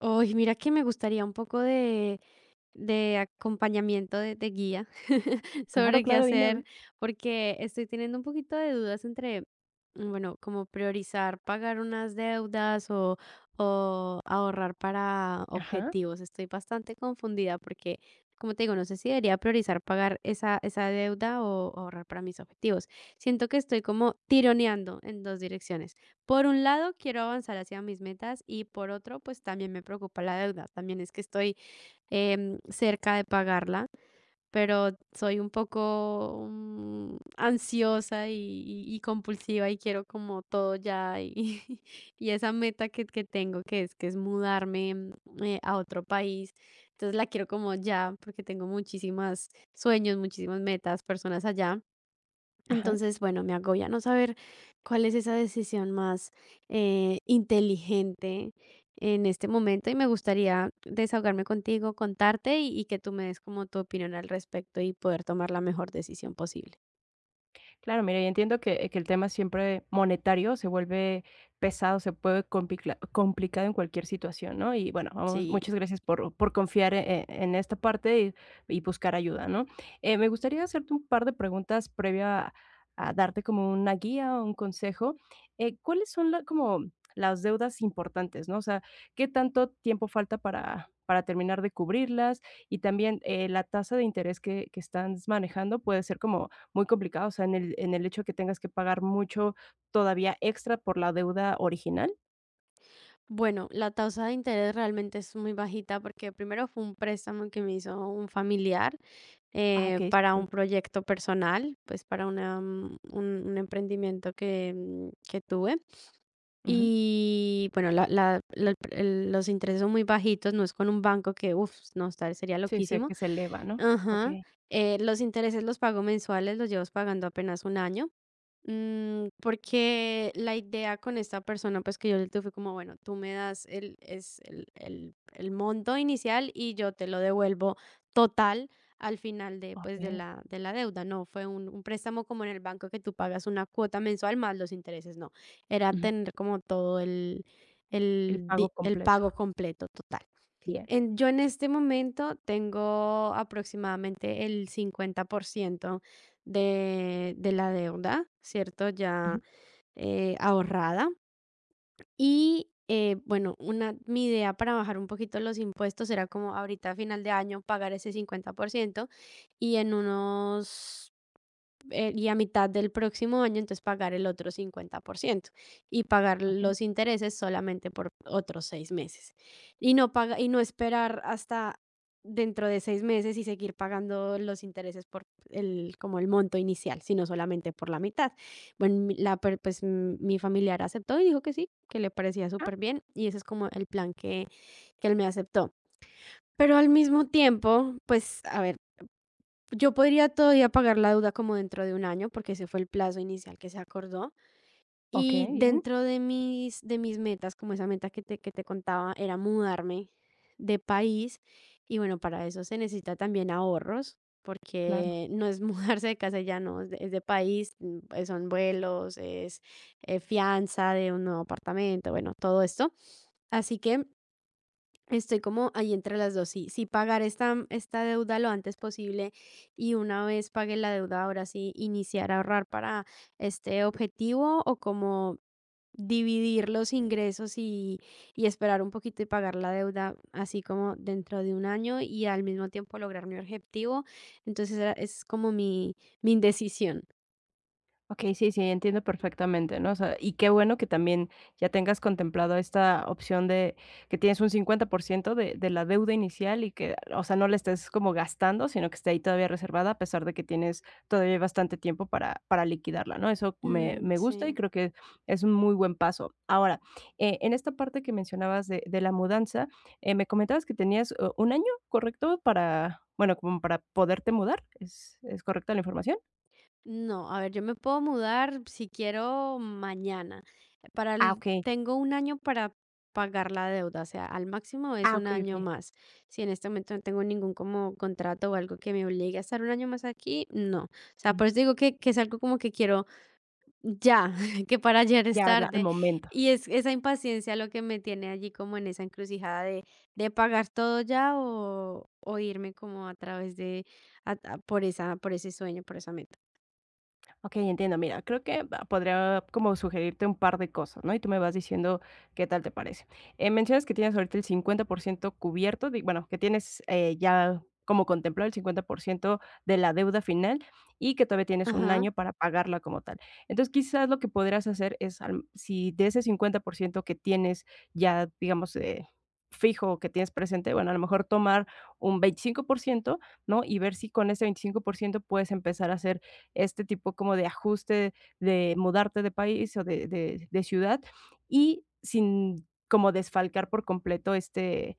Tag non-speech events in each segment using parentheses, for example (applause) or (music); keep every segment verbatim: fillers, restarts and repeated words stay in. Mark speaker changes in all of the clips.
Speaker 1: Uy, mira que me gustaría un poco de, de acompañamiento, de, de guía (laughs)
Speaker 2: Claro,
Speaker 1: sobre qué
Speaker 2: claro, dime, a
Speaker 1: hacer,
Speaker 2: ver.
Speaker 1: porque estoy teniendo un poquito de dudas entre, mm, bueno, como priorizar pagar unas deudas o, o, ahorrar para
Speaker 2: Ajá,
Speaker 1: objetivos. Estoy bastante confundida porque, como te digo, no sé si debería priorizar pagar esa, esa deuda o ahorrar para mis objetivos. Siento que estoy como tironeando en dos direcciones. Por un lado, quiero avanzar hacia mis metas y por otro, pues también me preocupa la deuda. También es que estoy em, cerca de pagarla, pero soy un poco mm, ansiosa y, y- y compulsiva y quiero como todo ya y, (laughs) y esa meta que, que tengo que es que es mudarme mm, eh, a otro país, entonces la quiero como ya porque tengo muchísimas sueños, muchísimas metas, personas allá.
Speaker 2: ajá.
Speaker 1: Entonces, bueno, me agobia no saber cuál es esa decisión más eh, inteligente en este momento y me gustaría desahogarme contigo, contarte y, y que tú me des como tu opinión al respecto y poder tomar la mejor decisión posible.
Speaker 2: Claro, mira, yo entiendo que, que el tema siempre monetario se vuelve pesado, se puede complicla- complicado en cualquier situación, ¿no? Y bueno, vamos,
Speaker 1: Sí.
Speaker 2: muchas gracias por, por confiar e- e, en, esta parte y, y buscar ayuda, ¿no? Eh, me gustaría hacerte un par de preguntas previa a, a darte como una guía o un consejo. Eh, ¿cuáles son la- como las deudas importantes, ¿no? O sea, ¿qué tanto tiempo falta para, para terminar de cubrirlas? Y también eh, la tasa de interés que, que estás manejando puede ser como muy complicado, o sea, en el en el hecho de que tengas que pagar mucho todavía extra por la deuda original.
Speaker 1: Bueno, la tasa de interés realmente es muy bajita porque primero fue un préstamo que me hizo un familiar
Speaker 2: Ah,
Speaker 1: eh,
Speaker 2: okey,
Speaker 1: para
Speaker 2: superbién.
Speaker 1: un proyecto personal, pues para una, mm, un, un emprendimiento que, mm, que tuve.
Speaker 2: Ujú.
Speaker 1: Y bueno, la la la el los intereses son muy bajitos, no es con un banco que, uff no, estar sería
Speaker 2: Sí, sí,
Speaker 1: loquísimo.
Speaker 2: que se eleva, ¿no?
Speaker 1: Ajá.
Speaker 2: Okey,
Speaker 1: Eh, los intereses los pago mensuales, los llevo pagando apenas un año. Mm, porque la idea con esta persona, pues que yo le tuve como, bueno, tú me das el, es el, el, el monto inicial y yo te lo devuelvo total al final de, pues, de
Speaker 2: okey.
Speaker 1: la, de la deuda. No fue un, un préstamo como en el banco que tú pagas una cuota mensual más los intereses, no. Era
Speaker 2: Ujú.
Speaker 1: tener como todo el,
Speaker 2: El
Speaker 1: el,
Speaker 2: pago
Speaker 1: di- el
Speaker 2: completo.
Speaker 1: pago completo, total.
Speaker 2: Bien.
Speaker 1: En, yo en este momento tengo aproximadamente el cincuenta por ciento de, de la deuda, ¿cierto?
Speaker 2: Ujú.
Speaker 1: Ya eh, ahorrada. Y eh, bueno, una, mi idea para bajar un poquito los impuestos era como ahorita a final de año pagar ese cincuenta por ciento y en unos eh, y a mitad del próximo año, entonces pagar el otro cincuenta por ciento y pagar
Speaker 2: Okey.
Speaker 1: los intereses solamente por otros seis meses. Y no paga, y no esperar hasta dentro de seis meses y seguir pagando los intereses por el, como el monto inicial, sino solamente por la mitad. Bueno, mi- la, per- pues mm, mi familiar aceptó y dijo que sí, que le parecía
Speaker 2: Ah,
Speaker 1: súper bien y ese es como el plan que, que él me aceptó. Pero al mismo tiempo, pues, a ver, yo podría todavía pagar la deuda como dentro de un año, porque ese fue el plazo inicial que se acordó. Y
Speaker 2: okey, bien,
Speaker 1: dentro de mis, de mis metas, como esa meta que te, que te contaba, era mudarme de país. Y bueno, para eso se necesita también ahorros,
Speaker 2: claro.
Speaker 1: porque no es (laughs) mudarse de casa y ya, no, es de, es de país, mm, eh, son vuelos, es eh, fianza de un nuevo apartamento, bueno, todo esto. Así que estoy como ahí entre las dos, sí, sí, pagar esta mm, esta deuda lo antes posible y una vez pague la deuda, ahora sí iniciar a ahorrar para este objetivo o como dividir los ingresos y y esperar un poquito y pagar la deuda así como dentro de un año y al mismo tiempo lograr mi objetivo. Entonces, era es como mi mi indecisión.
Speaker 2: Okey, sí, sí, entiendo perfectamente, ¿no? O sea, y qué bueno que también ya tengas contemplado esta opción de que tienes un cincuenta por ciento de de la deuda inicial y que, o sea, no la estés como gastando, sino que esté ahí todavía reservada, a pesar de que tienes todavía bastante tiempo para para liquidarla, ¿no? Eso me
Speaker 1: Mm,
Speaker 2: me gusta y
Speaker 1: sí.
Speaker 2: creo que es un muy buen paso. Ahora, eh, en esta parte que mencionabas de de la mudanza, eh, me comentabas que tenías, eh, ¿un año, correcto? Para, bueno, como para poderte mudar, ¿es es correcta la información?
Speaker 1: No, a ver, yo me puedo mudar si quiero mañana. Para
Speaker 2: Ah,
Speaker 1: el-
Speaker 2: okey.
Speaker 1: tengo un año para pagar la deuda, o sea, al máximo es
Speaker 2: Ah,
Speaker 1: un
Speaker 2: okey,
Speaker 1: año
Speaker 2: okey.
Speaker 1: más. Si en este momento no tengo ningún como contrato o algo que me obligue a estar un año más aquí, no. O sea,
Speaker 2: Mm.
Speaker 1: por eso digo que, que es algo como que quiero ya, (laughs) que para ayer es
Speaker 2: Ya la al
Speaker 1: tarde.
Speaker 2: momento.
Speaker 1: Y es esa impaciencia lo que me tiene allí como en esa encrucijada de, de, pagar todo ya o, o irme como a través de, a- a- por esa, por ese sueño, por esa meta.
Speaker 2: Ok, entiendo. Mira, creo que ah, podría como sugerirte un par de cosas, ¿no? Y tú me vas diciendo qué tal te parece. Eh, mencionas que tienes ahorita el cincuenta por ciento cubierto, di- bueno, que tienes eh, ya como contemplado el cincuenta por ciento de la deuda final y que todavía tienes un
Speaker 1: Ajá.
Speaker 2: año para pagarla como tal. Entonces, quizás lo que podrías hacer es, al- si de ese cincuenta por ciento que tienes ya, digamos, eh, fijo que tienes presente, bueno, a lo mejor tomar un veinticinco por ciento, ¿no? Y ver si con ese veinticinco por ciento puedes empezar a hacer este tipo como de ajuste de mudarte de país o de de de ciudad y sin como desfalcar por completo este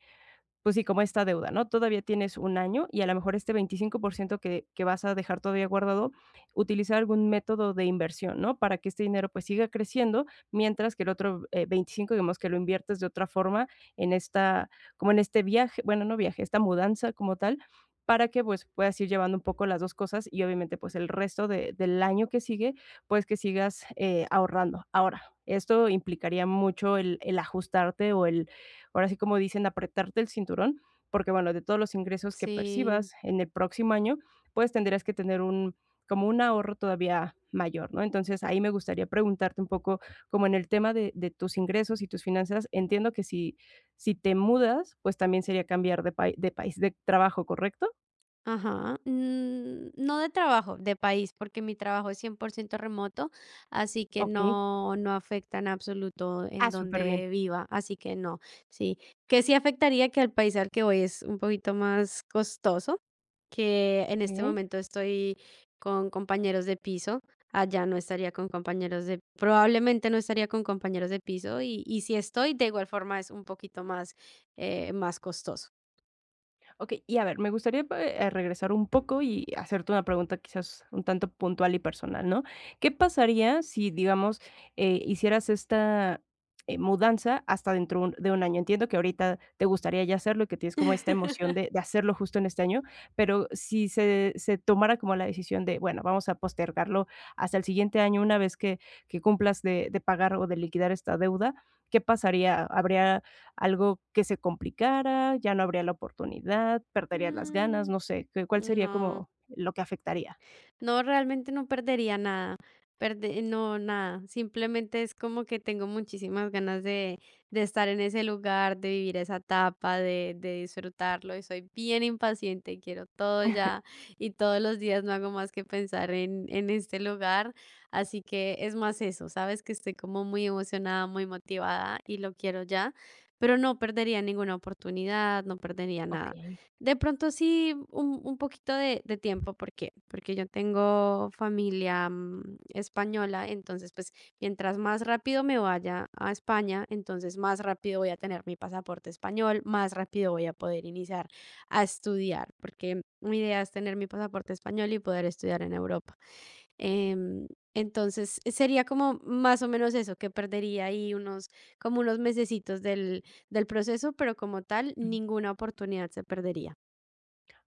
Speaker 2: pues sí, como esta deuda, ¿no? Todavía tienes un año y a lo mejor este veinticinco por ciento que, que vas a dejar todavía guardado, utilizar algún método de inversión, ¿no? Para que este dinero pues siga creciendo, mientras que el otro eh, veinticinco, digamos que lo inviertes de otra forma en esta, como en este viaje, bueno, no viaje, esta mudanza como tal, para que pues puedas ir llevando un poco las dos cosas y obviamente pues el resto de- del año que sigue, pues que sigas eh, ahorrando. Ahora, esto implicaría mucho el, el ajustarte o el ahora sí como dicen, apretarte el cinturón, porque bueno, de todos los ingresos que
Speaker 1: Sí,
Speaker 2: percibas en el próximo año, pues tendrías que tener un como un ahorro todavía mayor, ¿no? Entonces, ahí me gustaría preguntarte un poco como en el tema de de tus ingresos y tus finanzas, entiendo que si si te mudas, pues también sería cambiar de pai de país, de trabajo, ¿correcto?
Speaker 1: ajá. Mm, No de trabajo, de país, porque mi trabajo es cien por ciento remoto, así que
Speaker 2: Okey.
Speaker 1: no, no afecta en absoluto
Speaker 2: Ah,
Speaker 1: en
Speaker 2: superbién.
Speaker 1: donde viva, así que no, sí. Que sí afectaría que al país al que voy es un poquito más costoso, que en este
Speaker 2: Okey.
Speaker 1: momento estoy con compañeros de piso, allá no estaría con compañeros de, probablemente no estaría con compañeros de piso y, y si estoy, de igual forma es un poquito más, eh, más costoso.
Speaker 2: Okey, y a ver, me gustaría, eh, eh, regresar un poco y hacerte una pregunta quizás un tanto puntual y personal, ¿no? ¿Qué pasaría si, digamos, eh, hicieras esta, eh, mudanza hasta dentro un- de un año? Entiendo que ahorita te gustaría ya hacerlo y que tienes como esta emoción
Speaker 1: (laughs)
Speaker 2: de de hacerlo justo en este año, pero si se se tomara como la decisión de, bueno, vamos a postergarlo hasta el siguiente año, una vez que que cumplas de de pagar o de liquidar esta deuda, ¿qué pasaría? ¿Habría algo que se complicara, ya no habría la oportunidad, perderías las ganas,
Speaker 1: Mm.
Speaker 2: no sé, ¿qué cuál sería
Speaker 1: No,
Speaker 2: como lo que afectaría?
Speaker 1: no, realmente no perdería nada, perde no, nada, simplemente es como que tengo muchísimas ganas de, de estar en ese lugar, de vivir esa etapa, de, de disfrutarlo y soy bien impaciente y quiero todo ya y todos los días no hago más que pensar en, en este lugar, así que es más eso, sabes que estoy como muy emocionada, muy motivada y lo quiero ya, pero no perdería ninguna oportunidad, no perdería nada.
Speaker 2: Okey.
Speaker 1: De pronto sí, un, un poquito de, de tiempo, ¿por qué? Porque yo tengo familia mm, española, entonces pues mientras más rápido me vaya a España, entonces más rápido voy a tener mi pasaporte español, más rápido voy a poder iniciar a estudiar, porque mi idea es tener mi pasaporte español y poder estudiar en Europa. Em, entonces eh, sería como más o menos eso, que perdería ahí unos, como unos mesecitos del, del proceso, pero como tal, ninguna oportunidad se perdería.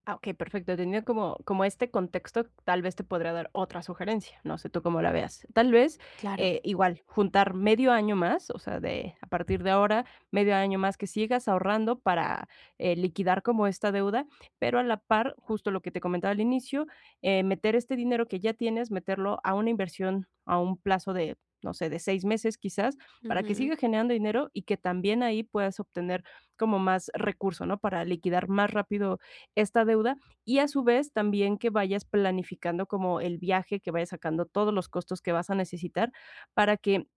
Speaker 2: Ah, ok, perfecto. Teniendo como, como este contexto, tal vez te podría dar otra sugerencia. No sé tú cómo la veas. Tal vez
Speaker 1: Claro.
Speaker 2: eh, igual juntar medio año más, o sea, de a partir de ahora, medio año más que sigas ahorrando para eh, liquidar como esta deuda, pero a la par, justo lo que te comentaba al inicio, eh, meter este dinero que ya tienes, meterlo a una inversión a un plazo de, no sé, de seis meses quizás, para que
Speaker 1: Ujú.
Speaker 2: siga generando dinero y que también ahí puedas obtener como más recurso, ¿no? Para liquidar más rápido esta deuda y a su vez también que vayas planificando como el viaje, que vayas sacando todos los costos que vas a necesitar para que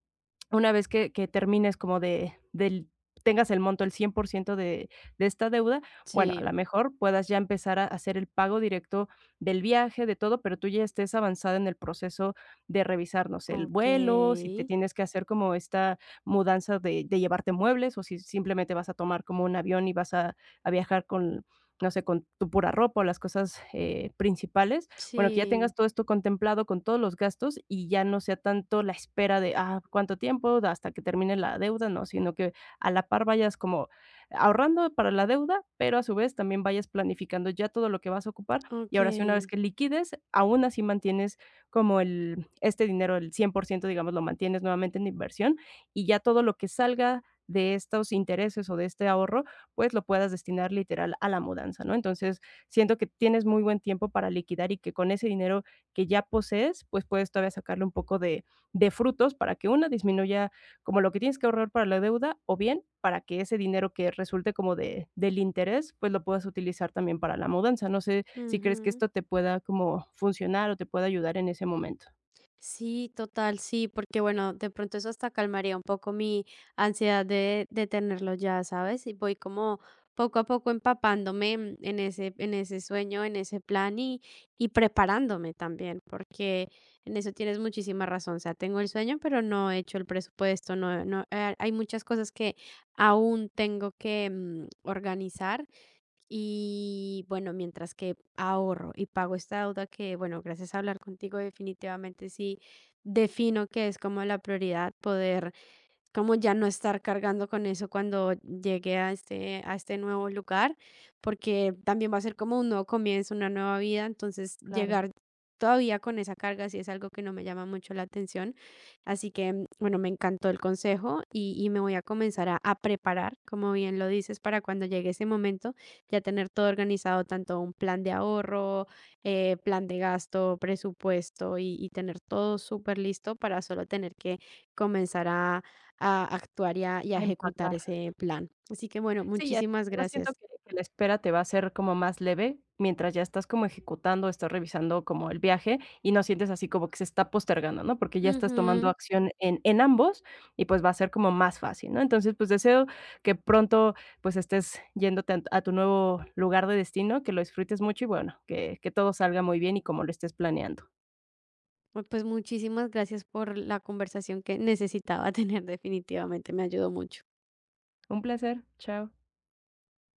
Speaker 2: una vez que que termines como de del tengas el monto, el cien por ciento de de esta deuda, bueno, a
Speaker 1: Sí,
Speaker 2: lo mejor puedas ya empezar a hacer el pago directo del viaje, de todo, pero tú ya estés avanzada en el proceso de revisar, no sé, el vuelo, si te
Speaker 1: okey.
Speaker 2: tienes que hacer como esta mudanza de de llevarte muebles, o si simplemente vas a tomar como un avión y vas a a viajar con, no sé, con tu pura ropa o las cosas, eh, principales bueno, que ya
Speaker 1: Sí,
Speaker 2: tengas todo esto contemplado con todos los gastos y ya no sea tanto la espera de, ah, ¿cuánto tiempo? Hasta que termine la deuda, no, sino que a la par vayas como ahorrando para la deuda, pero a su vez también vayas planificando ya todo lo que vas a ocupar y ahora sí, una vez
Speaker 1: okey.
Speaker 2: que liquides, aún así mantienes como el este dinero, el cien por ciento digamos, lo mantienes nuevamente en inversión y ya todo lo que salga de estos intereses o de este ahorro, pues lo puedas destinar literal a la mudanza, ¿no? Entonces, siento que tienes muy buen tiempo para liquidar y que con ese dinero que ya posees, pues puedes todavía sacarle un poco de, de frutos para que una disminuya como lo que tienes que ahorrar para la deuda o bien para que ese dinero que resulte como de, del interés, pues lo puedas utilizar también para la mudanza. No sé si crees que
Speaker 1: Ujú.
Speaker 2: esto te pueda como funcionar o te pueda ayudar en ese momento.
Speaker 1: Sí, total, sí, porque, bueno, de pronto eso hasta calmaría un poco mi ansiedad de de tenerlo ya, ¿sabes? Y voy como poco a poco empapándome en en ese en ese sueño, en ese plan y y preparándome también, porque en eso tienes muchísima razón. O sea, tengo el sueño, pero no he hecho el presupuesto, no no, eh, hay muchas cosas que aún tengo que, mm, organizar. Y bueno, mientras que ahorro y pago esta deuda que, bueno, gracias a hablar contigo, definitivamente sí defino que es como la prioridad poder como ya no estar cargando con eso cuando llegue a este, a este nuevo lugar, porque también va a ser como un nuevo comienzo, una nueva vida, entonces
Speaker 2: Claro,
Speaker 1: llegar todavía con esa carga sí es algo que no me llama mucho la atención, así que mm, bueno, me encantó el consejo y, y me voy a comenzar a, a preparar, como bien lo dices, para cuando llegue ese momento ya tener todo organizado, tanto un plan de ahorro, eh, plan de gasto, presupuesto y, y tener todo súper listo para solo tener que comenzar a a actuar y a, y a
Speaker 2: a
Speaker 1: ejecutar
Speaker 2: empacar.
Speaker 1: ese plan. Así que bueno,
Speaker 2: Sí, y
Speaker 1: muchísimas
Speaker 2: además siento
Speaker 1: gracias.
Speaker 2: que que la espera te va a ser como más leve, mientras ya estás como ejecutando, estás revisando como el viaje y no sientes así como que se está postergando, ¿no? Porque ya estás tomando
Speaker 1: Ujú.
Speaker 2: acción en en ambos y, pues, va a ser como más fácil, ¿no? Entonces, pues, deseo que pronto, pues, estés yéndote a a tu nuevo lugar de destino, que lo disfrutes mucho y, bueno, que que todo salga muy bien y como lo estés planeando.
Speaker 1: Bueno, pues muchísimas gracias por la conversación que necesitaba (laughs) tener definitivamente, me ayudó mucho.
Speaker 2: Un placer. Chao.